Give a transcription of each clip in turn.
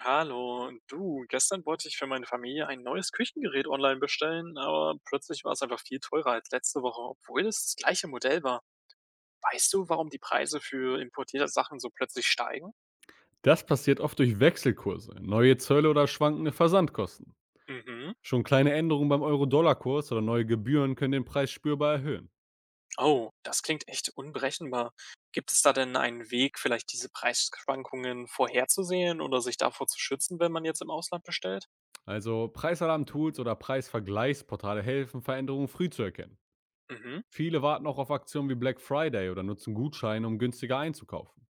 Hallo, du, gestern wollte ich für meine Familie ein neues Küchengerät online bestellen, aber plötzlich war es einfach viel teurer als letzte Woche, obwohl es das gleiche Modell war. Weißt du, warum die Preise für importierte Sachen so plötzlich steigen? Das passiert oft durch Wechselkurse, neue Zölle oder schwankende Versandkosten. Mhm. Schon kleine Änderungen beim Euro-Dollar-Kurs oder neue Gebühren können den Preis spürbar erhöhen. Oh, das klingt echt unberechenbar. Gibt es da denn einen Weg, vielleicht diese Preisschwankungen vorherzusehen oder sich davor zu schützen, wenn man jetzt im Ausland bestellt? Also Preisalarm-Tools oder Preisvergleichsportale helfen, Veränderungen früh zu erkennen. Mhm. Viele warten auch auf Aktionen wie Black Friday oder nutzen Gutscheine, um günstiger einzukaufen.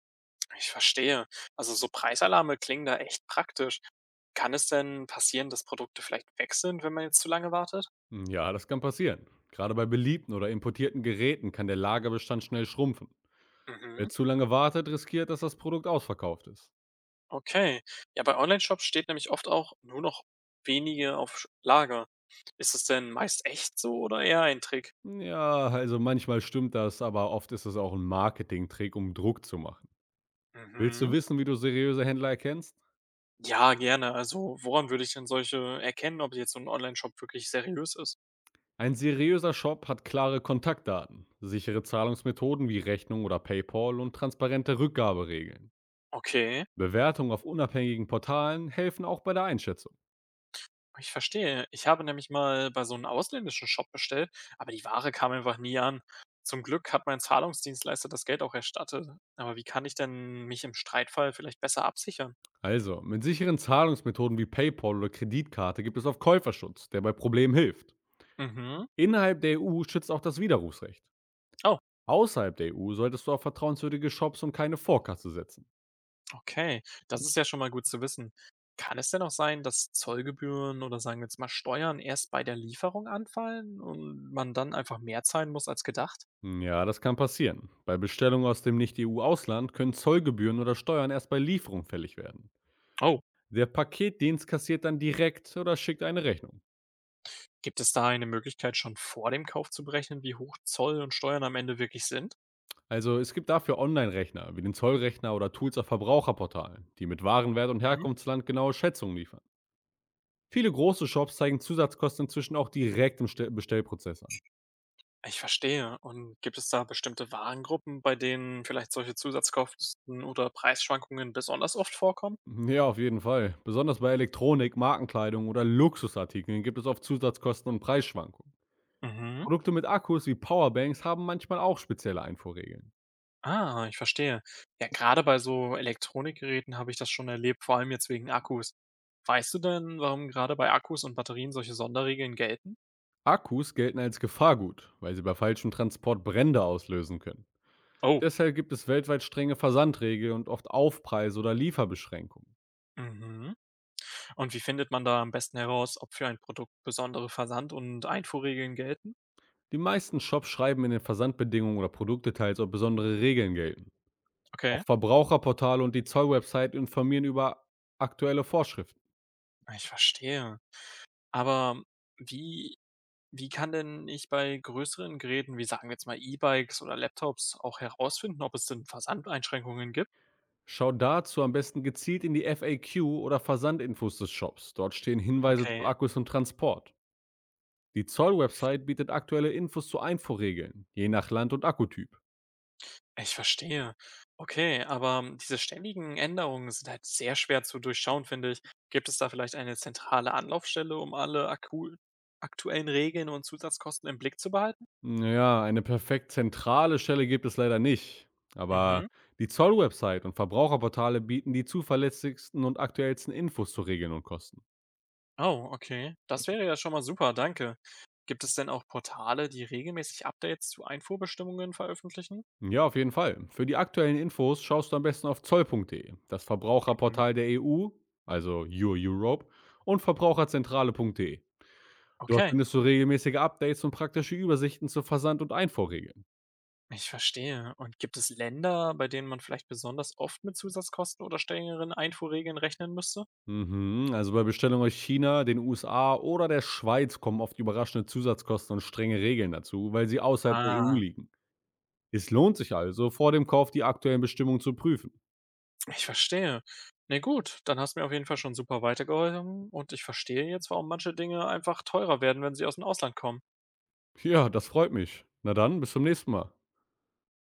Ich verstehe. Also so Preisalarme klingen da echt praktisch. Kann es denn passieren, dass Produkte vielleicht weg sind, wenn man jetzt zu lange wartet? Ja, das kann passieren. Gerade bei beliebten oder importierten Geräten kann der Lagerbestand schnell schrumpfen. Wer Mhm. zu lange wartet, riskiert, dass das Produkt ausverkauft ist. Okay. Ja, bei Online-Shops steht nämlich oft auch nur noch wenige auf Lager. Ist es denn meist echt so oder eher ein Trick? Ja, also manchmal stimmt das, aber oft ist es auch ein Marketingtrick, um Druck zu machen. Willst du Mhm. wissen, wie du seriöse Händler erkennst? Ja, gerne. Also, woran würde ich denn solche erkennen, ob jetzt so ein Online-Shop wirklich seriös ist? Ein seriöser Shop hat klare Kontaktdaten, sichere Zahlungsmethoden wie Rechnung oder PayPal und transparente Rückgaberegeln. Okay, Bewertungen auf unabhängigen Portalen helfen auch bei der Einschätzung. ich verstehe. Ich habe nämlich mal bei so einem ausländischen Shop bestellt, aber die Ware kam einfach nie an. Zum Glück hat mein Zahlungsdienstleister das Geld auch erstattet. Aber wie kann ich denn mich im Streitfall vielleicht besser absichern? Also, mit sicheren Zahlungsmethoden wie PayPal oder Kreditkarte gibt es auf Käuferschutz, der bei Problemen hilft. Mhm. Innerhalb der EU schützt auch das Widerrufsrecht. Oh, Außerhalb der EU solltest du auf vertrauenswürdige Shops und keine Vorkasse setzen. okay, das ist ja schon mal gut zu wissen. Kann es denn auch sein, dass Zollgebühren oder sagen wir jetzt mal Steuern erst bei der Lieferung anfallen und man dann einfach mehr zahlen muss als gedacht? Ja, das kann passieren. Bei Bestellungen aus dem Nicht-EU-Ausland können Zollgebühren oder Steuern erst bei Lieferung fällig werden. Oh, Der Paketdienst kassiert dann direkt oder schickt eine Rechnung. gibt es da eine Möglichkeit, schon vor dem Kauf zu berechnen, wie hoch Zoll und Steuern am Ende wirklich sind? Also es gibt dafür Online-Rechner wie den Zollrechner oder Tools auf Verbraucherportalen, die mit Warenwert und Mhm. Herkunftsland genaue Schätzungen liefern. Viele große Shops zeigen Zusatzkosten inzwischen auch direkt im Bestellprozess an. Ich verstehe. Und gibt es da bestimmte Warengruppen, bei denen vielleicht solche Zusatzkosten oder Preisschwankungen besonders oft vorkommen? Ja, auf jeden Fall. Besonders bei Elektronik, Markenkleidung oder Luxusartikeln gibt es oft Zusatzkosten und Preisschwankungen. Mhm. Produkte mit Akkus wie Powerbanks haben manchmal auch spezielle Einfuhrregeln. Ah, ich verstehe. Ja, gerade bei so Elektronikgeräten habe ich das schon erlebt, vor allem jetzt wegen Akkus. Weißt du denn, warum gerade bei Akkus und Batterien solche Sonderregeln gelten? Akkus gelten als Gefahrgut, weil sie bei falschem Transport Brände auslösen können. Oh. Deshalb gibt es weltweit strenge Versandregeln und oft Aufpreise oder Lieferbeschränkungen. Mhm. Und wie findet man da am besten heraus, ob für ein Produkt besondere Versand- und Einfuhrregeln gelten? Die meisten Shops schreiben in den Versandbedingungen oder Produktdetails, ob besondere Regeln gelten. Auch Okay, Verbraucherportale und die Zollwebsite informieren über aktuelle Vorschriften. ich verstehe. Aber wie, wie kann denn ich bei größeren Geräten, wie sagen wir jetzt mal E-Bikes oder Laptops, auch herausfinden, ob es denn Versandeinschränkungen gibt? Schau dazu am besten gezielt in die FAQ oder Versandinfos des Shops. Dort stehen Hinweise zu Okay. Akkus und Transport. Die Zoll-Website bietet aktuelle Infos zu Einfuhrregeln, je nach Land und Akkutyp. Ich verstehe. Okay, aber diese ständigen Änderungen sind halt sehr schwer zu durchschauen, finde ich. Gibt es da vielleicht eine zentrale Anlaufstelle, um alle akku aktuellen Regeln und Zusatzkosten im Blick zu behalten? Ja, eine perfekt zentrale Stelle gibt es leider nicht. Aber Mhm. die Zoll-Website und Verbraucherportale bieten die zuverlässigsten und aktuellsten Infos zu Regeln und Kosten. Oh, okay. Das wäre ja schon mal super, danke. Gibt es denn auch Portale, die regelmäßig Updates zu Einfuhrbestimmungen veröffentlichen? Ja, auf jeden Fall. Für die aktuellen Infos schaust du am besten auf zoll.de, das Mhm. Verbraucherportal der EU, also Your Europe, und verbraucherzentrale.de. Dort Okay, findest du regelmäßige Updates und praktische Übersichten zu Versand- und Einfuhrregeln. ich verstehe. Und gibt es Länder, bei denen man vielleicht besonders oft mit Zusatzkosten oder strengeren Einfuhrregeln rechnen müsste? Mhm. Also bei Bestellung aus China, den USA oder der Schweiz kommen oft überraschende Zusatzkosten und strenge Regeln dazu, weil sie außerhalb der EU Ah, liegen. Es lohnt sich also, vor dem Kauf die aktuellen Bestimmungen zu prüfen. ich verstehe. Na gut, dann hast du mir auf jeden Fall schon super weitergeholfen und ich verstehe jetzt, warum manche Dinge einfach teurer werden, wenn sie aus dem Ausland kommen. Ja, das freut mich. Na dann, bis zum nächsten Mal.